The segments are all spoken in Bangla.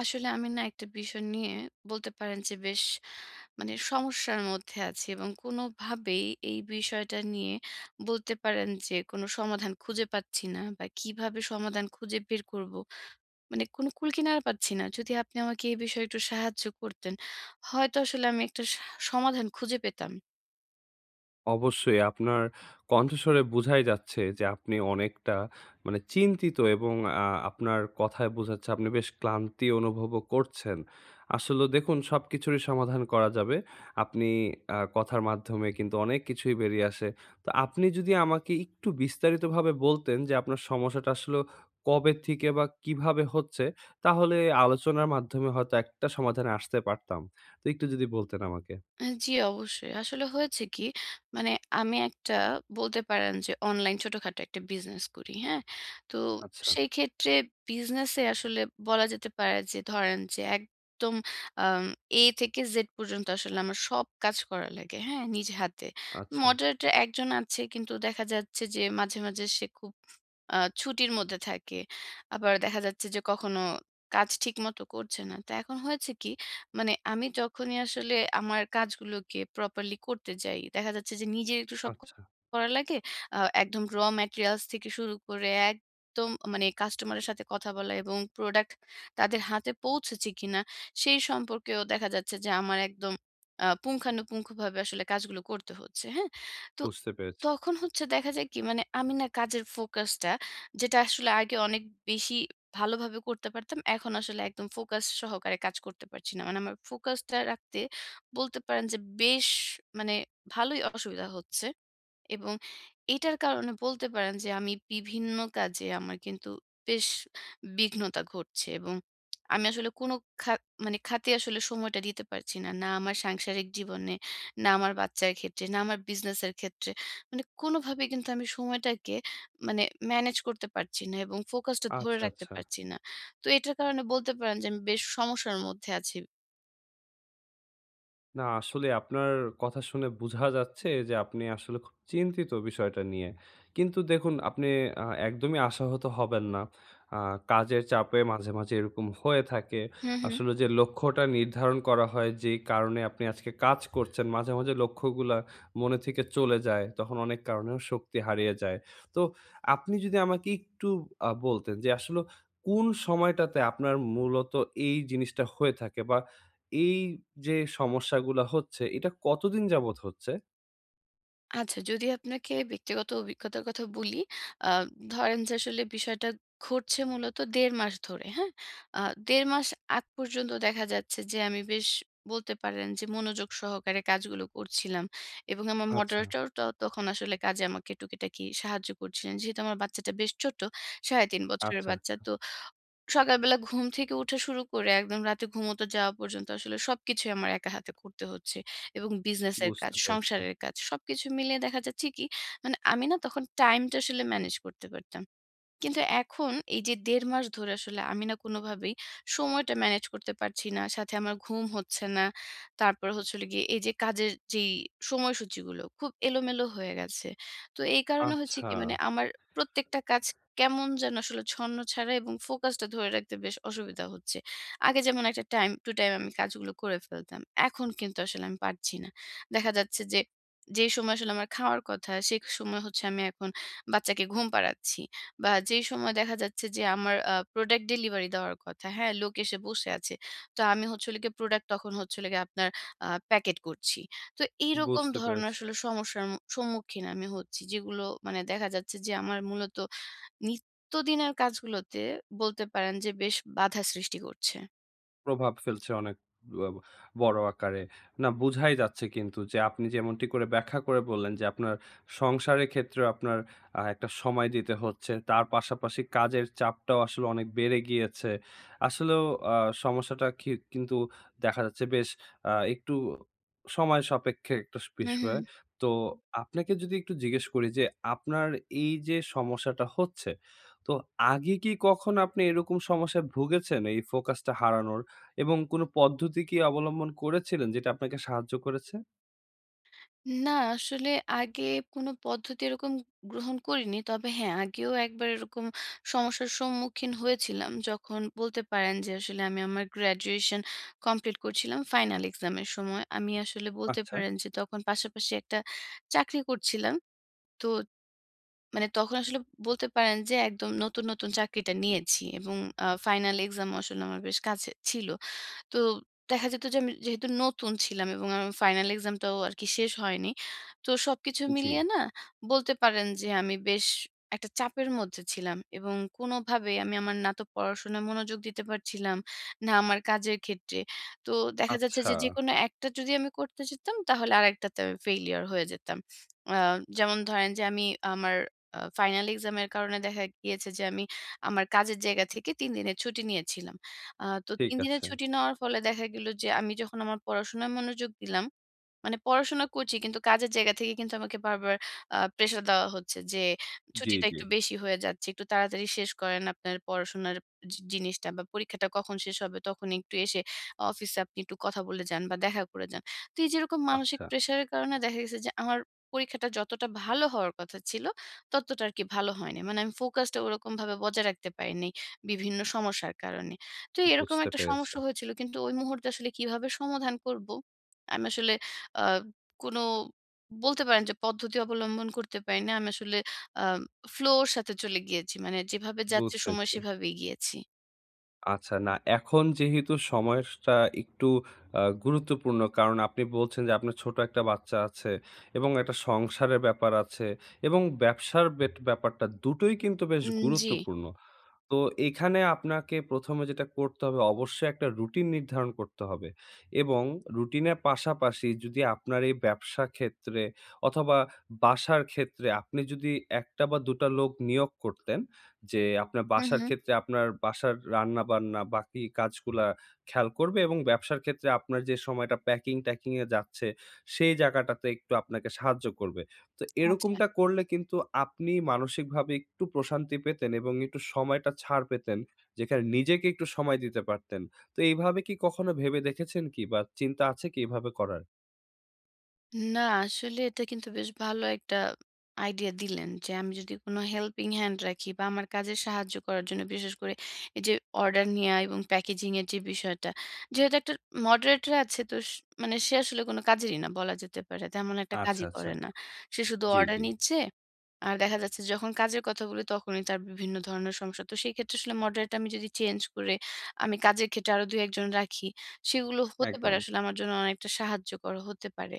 আসলে আমি না একটা বিষয় নিয়ে বলতে পারেন যে বেশ মানে সমস্যার মধ্যে আছি এবং কোনোভাবেই এই বিষয়টা নিয়ে বলতে পারেন যে কোনো সমাধান খুঁজে পাচ্ছি না বা কিভাবে সমাধান খুঁজে বের করব মানে কোনো কুলকিনারা পাচ্ছি না যদি আপনি আমাকে এই বিষয়ে একটু সাহায্য করতেন হয়তো আসলে আমি একটা সমাধান খুঁজে পেতাম। অবশ্যই আপনার কণ্ঠস্বরে বোঝাই যাচ্ছে যে আপনি অনেকটা চিন্তিত এবং আপনার কথায় বোঝাচ্ছে আপনি বেশ ক্লান্তি অনুভবও করছেন। আসলেও দেখুন সবকিছুরই সমাধান করা যাবে। আপনি কথার মাধ্যমে কিন্তু অনেক কিছুই বেরিয়ে আসে। তো আপনি যদি আমাকে একটু বিস্তারিতভাবে বলতেন যে আপনার সমস্যাটা আসলেও কবে থেকে বা কিভাবে হচ্ছে? তাহলে আলোচনার মাধ্যমে হয়তো একটা সমাধানে আসতে পারতাম। তো একটু যদি বলতেন আমাকে। জি, অবশ্যই। আসলে হয়েছে কি, মানে আমি একটা বলতে পারেন যে অনলাইন ছোটখাটো একটা বিজনেস করি, হ্যাঁ? তো আচ্ছা, সেই ক্ষেত্রে বিজনেসে আসলে বলা যেতে পারে যে ধরেন যে একদম আম A থেকে Z পর্যন্ত আসলে আমার সব কাজ করা লাগে, হ্যাঁ? নিজ হাতে। আচ্ছা, মডারেটর একজন আছে কিন্তু দেখা যাচ্ছে যে মাঝে, মাঝে সে খুব আ ছুটির মধ্যে থাকে। আবার দেখা যাচ্ছে যে কখনো কাজ ঠিকমতো করছে না। তো এখন হয়েছে কি, মানে আমি যখনই আসলে আমার কাজগুলোকে প্রপারলি করতে যাই, দেখা যাচ্ছে যে নিজের একটু সব আচ্ছা। করা লাগে। আ একদম র ম্যাটেরিয়ালস থেকে শুরু করে একদম মানে কাস্টমারের সাথে কথা বলা এবং প্রোডাক্ট তাদের হাতে পৌঁছেছে কিনা, সেই সম্পর্কেও দেখা যাচ্ছে যে আমার একদম পুঙ্খানুপুঙ্খভাবে আসলে কাজগুলো করতে হচ্ছে। হ্যাঁ? তো বুঝতে পেরেছি। তখন হচ্ছে দেখা যায় কি, মানে আমি না কাজের ফোকাসটা যেটা আসলে আগে অনেক বেশি ভালোভাবে করতে পারতাম। এখন আসলে একদম ফোকাস সহকারে কাজ করতে পারছি না। মানে আমার ফোকাসটা রাখতে বলতে পারেন যে বেশ মানে ভালোই অসুবিধা হচ্ছে। এবং এটার কারণে বলতে পারেন যে আমি বিভিন্ন কাজে আমার কিন্তু বেশ বিঘ্নতা ঘটছে এবং আমি আসলে কোনো খা মানে খাতে আসলে সময়টা দিতে পারছি না। না আমার সাংসারিক জীবনে, না আমার বাচ্চার ক্ষেত্রে, না আমার বিজনেসের ক্ষেত্রে। মানে কোনোভাবে কিন্তু আমি সময়টাকে মানে ম্যানেজ করতে পারছি না এবং ফোকাসটা ধরে আচ্ছা, রাখতে আচ্ছা। পারছি না। তো এটার কারণে বলতে পারেন যে আমি বেশ সমস্যার মধ্যে আছি। না আসলে আপনার কথা শুনে বোঝা যাচ্ছে যে আপনি আসলে খুব চিন্তিত বিষয়টা নিয়ে। কিন্তু দেখুন আপনি একদমই আশাহত হবেন না। আ কাজের চাপে মাঝে, মাঝে এরকম হয়ে থাকে। হু, হু। আসলে যে লক্ষ্যটা নির্ধারণ করা হয় যেই কারণে আপনি আজকে কাজ করছেন, মাঝে, মাঝে লক্ষ্যগুলা মনে থেকে চলে যায়। তখন অনেক কারণেও শক্তি হারিয়ে যায়। তো আপনি যদি আমাকে একটু বলতেন যে আসলে কোন সময়টাতে আপনার মূলত এই জিনিসটা হয়ে থাকে বা এই যে সমস্যাগুলা হচ্ছে, এটা কতদিন যাবৎ হচ্ছে? আচ্ছা, যদি আপনাকে ব্যক্তিগত অভিজ্ঞতার কথা বলি, আ ধরেন যে আসলে বিষয়টা ঘটছে মূলত ১.৫ মাস ধরে, হ্যাঁ? আ ১.৫ মাস আগ পর্যন্ত দেখা যাচ্ছে যে আমি বেশ বলতে পারেন যে মনোযোগ সহকারে কাজগুলো করছিলাম এবং আমার আচ্ছা, মডারেটর তখন আসলে কাজে আমাকে টুকিটাকি সাহায্য করছিলেন। যেহেতু আমার বাচ্চাটা বেশ ছোট, ৩.৫ বছরের আচ্ছা, বাচ্চা। তো সকালবেলা ঘুম থেকে উঠা শুরু করে একদম রাতে ঘুমোতে যাওয়া পর্যন্ত আসলে সবকিছুই আমার একা হাতে করতে হচ্ছে। এবং বিজনেসের কাজ, বুঝতে পেরেছি। সংসারের কাজ সবকিছু মিলিয়ে দেখা যাচ্ছে কি, মানে আমি না তখন টাইমটা আসলে ম্যানেজ করতে পারতাম। কিন্তু এখন এই যে ১.৫ মাস ধরে আসলে আমি না কোনোভাবেই সময়টা ম্যানেজ করতে পারছি না। সাথে আমার ঘুম হচ্ছে না। তারপর হচ্ছে হলো গিয়ে এই যে কাজের যেই সময়সূচিগুলো খুব এলোমেলো হয়ে গেছে। তো এই কারণে হচ্ছে আচ্ছা, কি মানে আমার প্রত্যেকটা কাজ কেমন যেন আসলে ছন্নছাড়া এবং ফোকাসটা ধরে রাখতে বেশ অসুবিধা হচ্ছে। আগে যেমন একটা টাইম টু টাইম আমি কাজগুলো করে ফেলতাম। এখন কিন্তু আসলে আমি পারছি না। দেখা যাচ্ছে যে, যেই সময় আসলে আমার খাওয়ার কথা সে সময় হচ্ছে আমি এখন বাচ্চাকে ঘুম পাড়াচ্ছি। বা যেই সময় দেখা যাচ্ছে যে আমার প্রোডাক্ট ডেলিভারি দেওয়ার কথা, হ্যাঁ? লোক এসে বসে আছে। তো আমি হচ্ছে হলো গিয়ে প্রোডাক্ট তখন হচ্ছে হলো গিয়ে আপনার প্যাকেট করছি। তো এইরকম বুঝতে ধরনের পেরেছি। আসলে সমস্যার সম্মুখীন আমি হচ্ছি। যেগুলো মানে দেখা যাচ্ছে যে আমার মূলত নিত্যদিনের কাজগুলোতে বলতে পারেন যে বেশ বাধা সৃষ্টি করছে। প্রভাব ফেলছে অনেক ব বড় আকারে। না বুঝাই যাচ্ছে কিন্তু যে আপনি যেমনটি করে ব্যাখ্যা করে বললেন যে আপনার সংসারের ক্ষেত্রেও আপনার একটা সময় দিতে হচ্ছে। তার পাশাপাশি কাজের চাপটাও আসলে অনেক বেড়ে গিয়েছে। আসলেও আ সমস্যাটা কিন্তু দেখা যাচ্ছে বেশ একটু সময় সাপেক্ষে একটা হু, হু। বিষয়। তো আপনাকে যদি একটু জিজ্ঞেস করি যে আপনার এই যে সমস্যাটা হচ্ছে, তো আগে কি কখনো আপনি এরকম সমস্যায় ভুগেছেন এই ফোকাসটা হারানোর? এবং কোনো পদ্ধতি কি অবলম্বন করেছিলেন যেটা আপনাকে সাহায্য করেছে? না, আসলে আগে কোনো পদ্ধতি এরকম গ্রহণ করিনি। তবে হ্যাঁ, আগেও একবার এরকম সমস্যার সম্মুখীন হয়েছিলাম। যখন বলতে পারেন যে আসলে আমি আমার গ্র্যাজুয়েশন কমপ্লিট করছিলাম ফাইনাল এক্সামের সময়। আমি আসলে বলতে আচ্ছা, পারেন যে তখন পাশাপাশি একটা চাকরি করছিলাম। তো মানে তখন আসলে বলতে পারেন যে একদম নতুন, নতুন চাকরিটা নিয়েছি এবং ফাইনাল এক্সামও আসলে আমার বেশ কাছে ছিল। তো দেখা যেত যে আমি যেহেতু নতুন ছিলাম এবং আমার ফাইনাল এক্সামটাও আর কি শেষ হয়নি। তো সবকিছু জি। মিলিয়ে না বলতে পারেন যে আমি বেশ একটা চাপের মধ্যে ছিলাম এবং কোনোভাবেই আমি আমার না তো পড়াশোনায় মনোযোগ দিতে পারছিলাম, না আমার কাজের ক্ষেত্রে। তো দেখা যাচ্ছে আচ্ছা, যে যেকোনো একটা যদি আমি করতে যেতাম তাহলে আরেকটাতে আমি ফেইলিউর হয়ে যেতাম। আ যেমন ধরেন যে আমি আমার ফাইনাল এক্সাম এর কারণে দেখা গিয়েছে যে আমি আমার কাজের জায়গা থেকে ৩ দিনের ছুটি নিয়েছিলাম। তো ঠিক ৩ দিনের আছে। ছুটি নেওয়ার ফলে দেখা গেল যে আমি যখন আমার পড়াশোনায় মনোযোগ দিলাম, মানে পড়াশোনা করছি কিন্তু কাজের জায়গা থেকে কিন্তু আমাকে বারবার প্রেশার দেওয়া হচ্ছে যে, জি, "ছুটিটা জি। একটু বেশি হয়ে যাচ্ছে। একটু তাড়াতাড়ি শেষ করেন আপনার পড়াশোনার জিনিসটা বা পরীক্ষাটা কখন শেষ হবে তখন একটু এসে অফিসে আপনি একটু কথা বলে যান বা দেখা করে যান।" তো এই যেরকম মানসিক আচ্ছা, প্রেশারের কারণে দেখা গেছে যে আমার পরীক্ষাটা যতটা ভালো হওয়ার কথা ছিল, ততটা আরকি ভালো হয়নি। মানে আমি ফোকাসটা ওরকমভাবে বজায় রাখতে পারিনি বিভিন্ন সমস্যার কারণে। তো এরকম বুঝতে একটা পেরেছি। সমস্যা হয়েছিল। কিন্তু ওই মুহূর্তে আসলে কিভাবে সমাধান করব? আমি আসলে আ কোনো বলতে পারেন যে পদ্ধতি অবলম্বন করতে পারি না। আমি আসলে আ ফ্লো এর সাথে চলে গিয়েছি। মানে যেভাবে যাচ্ছে সময় বুঝেছি। সেভাবে এগিয়েছি। আচ্ছা, না, এখন যেহেতু সময়টা একটু গুরুত্বপূর্ণ কারণ আপনি বলছেন যে আপনার ছোট একটা বাচ্চা আছে এবং একটা সংসারের ব্যাপার আছে এবং ব্যবসার ব্যাপারটা দুটোই কিন্তু বেশ জি। গুরুত্বপূর্ণ। তো এখানে আপনাকে ১ম এ যেটা করতে হবে অবশ্যই একটা রুটিন নির্ধারণ করতে হবে এবং রুটিনের পাশাপাশি যদি আপনার এই ব্যবসা ক্ষেত্রে অথবা বাসার ক্ষেত্রে আপনি যদি ১টা বা ২টা লোক নিয়োগ করতেন যে আপনার হুম, বাসার হুম। ক্ষেত্রে আপনার বাসার রান্নাবান্না বাকি কাজগুলা খেয়াল করবে এবং ব্যবসার ক্ষেত্রে আপনার যে সময়টা প্যাকিং-ট্যাকিং এ যাচ্ছে সেই জায়গাটাতে একটু আপনাকে সাহায্য করবে। তো আচ্ছা। এরকমটা করলে কিন্তু আপনি মানসিকভাবে একটু প্রশান্তি পেতেন এবং একটু সময়টা ছাড় পেতেন, যেখানে নিজেকে একটু সময় দিতে পারতেন। তো এইভাবে কি কখনো ভেবে দেখেছেন কি বা চিন্তা আছে কি এভাবে করার? না আসলে এটা কিন্তু বেশ ভালো একটা আইডিয়া দিলেন যে আমি যদি কোনো হেল্পিং হ্যান্ড রাখি বা আমার কাজে সাহায্য করার জন্য বিশেষ করে এই যে অর্ডার নেয়া এবং প্যাকেজিং এর যে বিষয়টা। যেহেতু একটা মডারেটর আছে তো মানে সে আসলে কোনো কাজেরই না বলা যেতে পারে। তেমন একটা আচ্ছা, কাজই আচ্ছা। করে না। সে শুধু জি, অর্ডার জি। নিচ্ছে আর দেখা যাচ্ছে যখন কাজের কথা বলি তখনই তার বিভিন্ন ধরনের সমস্যা। তো সেই ক্ষেত্রে আসলে মডারেটর আমি যদি চেঞ্জ করে আমি কাজের ক্ষেত্রে আরো ২-১ জন রাখি, সেগুলো হতে পারে একদম, আসলে আমার জন্য অনেকটা সাহায্যকর হতে পারে।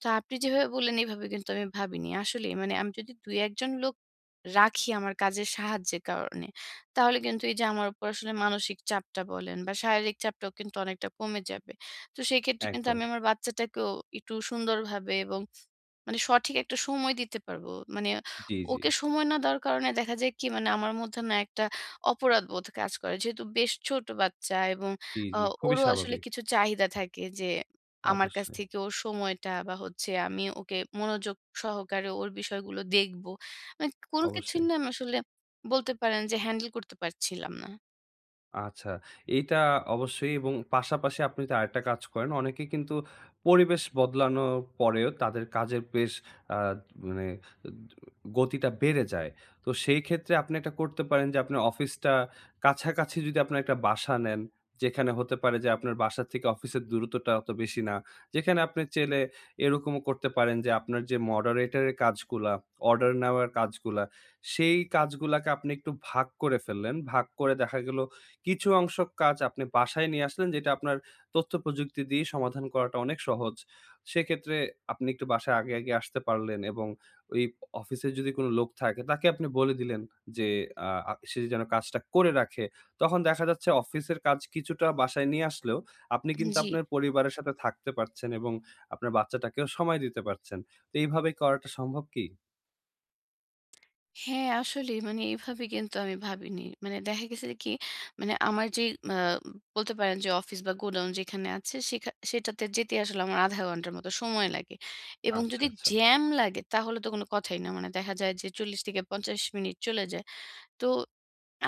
তো আপনি যেভাবে বললেন এভাবে কিন্তু আমি ভাবিনি। আসলেই মানে আমি যদি ২-১ জন লোক রাখি আমার কাজের সাহায্যের কারণে, তাহলে কিন্তু এই যে আমার উপর আসলে মানসিক চাপটা বলেন বা শারীরিক চাপটাও কিন্তু অনেকটা কমে যাবে। তো সেই ক্ষেত্রে কিন্তু একদম। আমি আমার বাচ্চাটাকেও একটু সুন্দরভাবে এবং মানে সঠিক একটা সময় দিতে পারবো। মানে জি, জি। ওকে সময় না দেওয়ার কারণে দেখা যায় কি মানে আমার মধ্যে না একটা অপরাধবোধ কাজ করে। যেহেতু বেশ ছোট বাচ্চা এবং জি, আ জি। খুবই ওরও আসলে স্বাভাবিক। কিছু চাহিদা থাকে যে আমার কাছ অবশ্যই, থেকে ওর সময়টা বা হচ্ছে আমি ওকে মনোযোগ সহকারে ওর বিষয়গুলো দেখবো। মানে কোনো কিছুই অবশ্যই। না আমি আসলে বলতে পারেন যে হ্যান্ডেল করতে পারছিলাম না। আচ্ছা, এইটা অবশ্যই এবং পাশাপাশি আপনি তো আরেকটা কাজ করেন। অনেকে কিন্তু পরিবেশ বদলানোর পরেও তাদের কাজের বেশ আ মানে গতিটা বেড়ে যায়। তো সেই ক্ষেত্রে আপনি একটা করতে পারেন যে আপনার অফিসটা কাছাকাছি যদি আপনার একটা বাসা নেন, যেখানে হতে পারে যে আপনার বাসা থেকে অফিসের দূরত্বটা অত বেশি না। যেখানে আপনি চাইলে এরকমও করতে পারেন যে আপনার যে মডারেটরের কাজগুলা, অর্ডার নেওয়ার কাজগুলা, সেই কাজগুলাকে আপনি একটু ভাগ করে ফেললেন। ভাগ করে দেখা গেল কিছু অংশ কাজ আপনি বাসায় নিয়ে আসলেন যেটা আপনার তথ্য প্রযুক্তি দিয়ে সমাধান করাটা অনেক সহজ। সেক্ষেত্রে আপনি একটু বাসায় আগে, আগে আসতে পারলেন এবং ওই অফিসে যদি কোনো লোক থাকে তাকে আপনি বলে দিলেন যে আ আ সে যেন কাজটা করে রাখে। তখন দেখা যাচ্ছে অফিসের কাজ কিছুটা বাসায় নিয়ে আসলেও আপনি কিন্তু জি। আপনার পরিবারের সাথে থাকতে পারছেন এবং আপনার বাচ্চাটাকেও সময় দিতে পারছেন। তো এইভাবে করাটা সম্ভব কি? হ্যাঁ, আসলেই মানে এভাবে কিন্তু আমি ভাবিনি। মানে দেখা গেছে যে কি মানে আমার যেই বলতে পারেন যে অফিস বা গোডাউন যেখানে আছে সেখা সেটাতে যেতে আসলে আমার ০.৫ ঘন্টার মতো সময় লাগে। এবং আচ্ছা, যদি আচ্ছা। জ্যাম লাগে তাহলে তো কোনো কথাই না। মানে দেখা যায় যে ৪০ থেকে ৫০ মিনিট চলে যায়। তো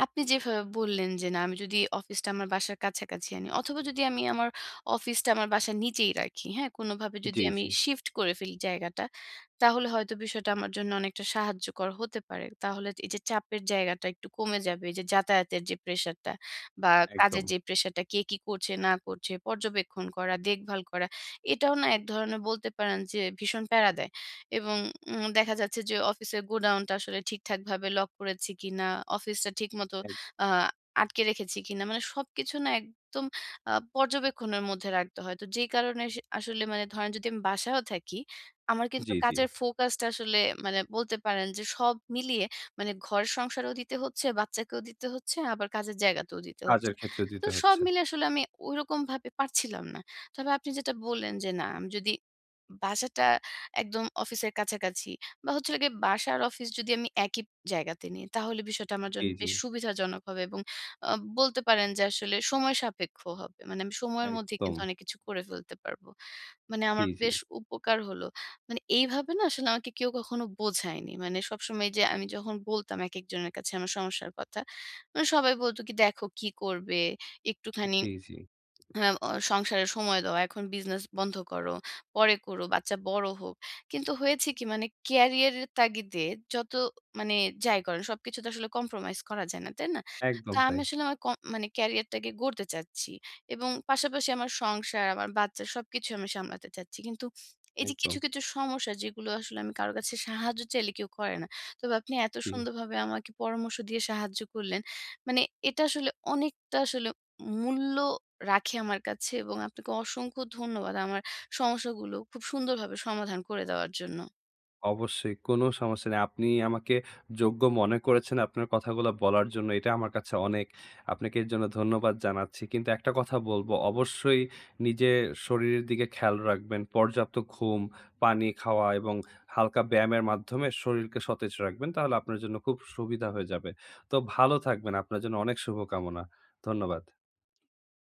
আপনি যেভাবে বললেন যে, না আমি যদি অফিসটা আমার বাসার কাছাকাছি আনি অথবা যদি আমি আমার অফিসটা আমার বাসার নিচেই রাখি, হ্যাঁ? কোনোভাবে যদি জি, আমি জি। শিফট করে ফেলি জায়গাটা, তাহলে হয়তো বিষয়টা আমার জন্য অনেকটা সাহায্যকর হতে পারে। তাহলে এই যে চাপের জায়গাটা একটু কমে যাবে। এই যে যাতায়াতের যে প্রেশারটা বা একদম। কাজের যে প্রেশারটা কে কি করছে না করছে, পর্যবেক্ষণ করা, দেখভাল করা, এটাও না এক ধরনের বলতে পারেন যে ভীষণ প্যারা দেয়। এবং দেখা যাচ্ছে যে অফিসের গোডাউনটা আসলে ঠিকঠাক ভাবে লক করেছি কিনা, অফিসটা ঠিকমতো এক আ আটকে রেখেছি কিনা। মানে সবকিছু না একদম পর্যবেক্ষণের মধ্যে রাখতে হয়। তো যেই কারণে সে আসলে মানে ধরেন যদি আমি বাসায়ও থাকি, আমার কিন্তু জি, জি। কাজের ফোকাসটা আসলে মানে বলতে পারেন যে সব মিলিয়ে মানে ঘর সংসারও দিতে হচ্ছে, বাচ্চাকেও দিতে হচ্ছে, আবার কাজের জায়গাতেও দিতে হচ্ছে। কাজের ক্ষেত্রে তো দিতে সব হচ্ছে। মিলে আসলে আমি ওইরকম ভাবে পারছিলাম না। তবে আপনি যেটা বললেন যে না আমি যদি বাসাটা একদম অফিসের কাছাকাছি বা হচ্ছে হলো গিয়ে বাসা আর অফিস যদি আমি একই জায়গাতে নিই, তাহলে বিষয়টা আমার জি, জন্য জি। বেশ সুবিধাজনক হবে এবং আ বলতে পারেন যে আসলে সময় সাপেক্ষ হবে। মানে আমি সময়ের মধ্যে একদম। কিন্তু অনেক কিছু করে ফেলতে পারব। মানে জি, আমার জি, বেশ উপকার হলো। মানে এইভাবে না আসলে আমাকে কেউ কখনো বোঝায়নি। মানে সবসময় যে আমি যখন বলতাম একেকজনের কাছে আমার সমস্যার কথা, মানে সবাই বলত কি, "দেখো কি করবে? একটুখানি" জি, জি। হ্যাঁ, সংসারে সময় দাও। এখন বিজনেস বন্ধ করো। পরে করো। বাচ্চা বড় হোক। কিন্তু হয়েছে কি মানে ক্যারিয়ার এর তাগিদে যত মানে যাই করেন সবকিছু তো আসলে কম্প্রোমাইজ করা যায় না। তাই না? তো একদম আমি তাই। আসলে আমার মানে ক্যারিয়ার টাকে গড়তে চাচ্ছি। এবং পাশাপাশি আমার সংসার, আমার বাচ্চা সবকিছু আমি সামলাতে চাচ্ছি। কিন্তু এই যে একদম। কিছু, কিছু সমস্যা যেগুলো আসলে আমি কারো কাছে সাহায্য চাইলে কেউ করে না। তবে আপনি এত জি। সুন্দরভাবে আমাকে পরামর্শ দিয়ে সাহায্য করলেন। মানে এটা আসলে অনেকটা আসলে মূল্য রাখে আমার কাছে এবং আপনাকে অসংখ্য ধন্যবাদ আমার সমস্যাগুলো খুব সুন্দরভাবে সমাধান করে দেওয়ার জন্য। অবশ্যই কোনো সমস্যা নেই। আপনি আমাকে যোগ্য মনে করেছেন আপনার কথাগুলা বলার জন্য। এটা আমার কাছে অনেক। আপনাকে এর জন্য ধন্যবাদ জানাচ্ছি। কিন্তু একটা কথা বলবো, অবশ্যই নিজের শরীরের দিকে খেয়াল রাখবেন। পর্যাপ্ত ঘুম, পানি খাওয়া এবং হালকা ব্যায়ামের মাধ্যমে শরীরকে সতেজ রাখবেন। তাহলে আপনার জন্য খুব সুবিধা হয়ে যাবে। তো ভালো থাকবেন। আপনার জন্য অনেক শুভকামনা। ধন্যবাদ।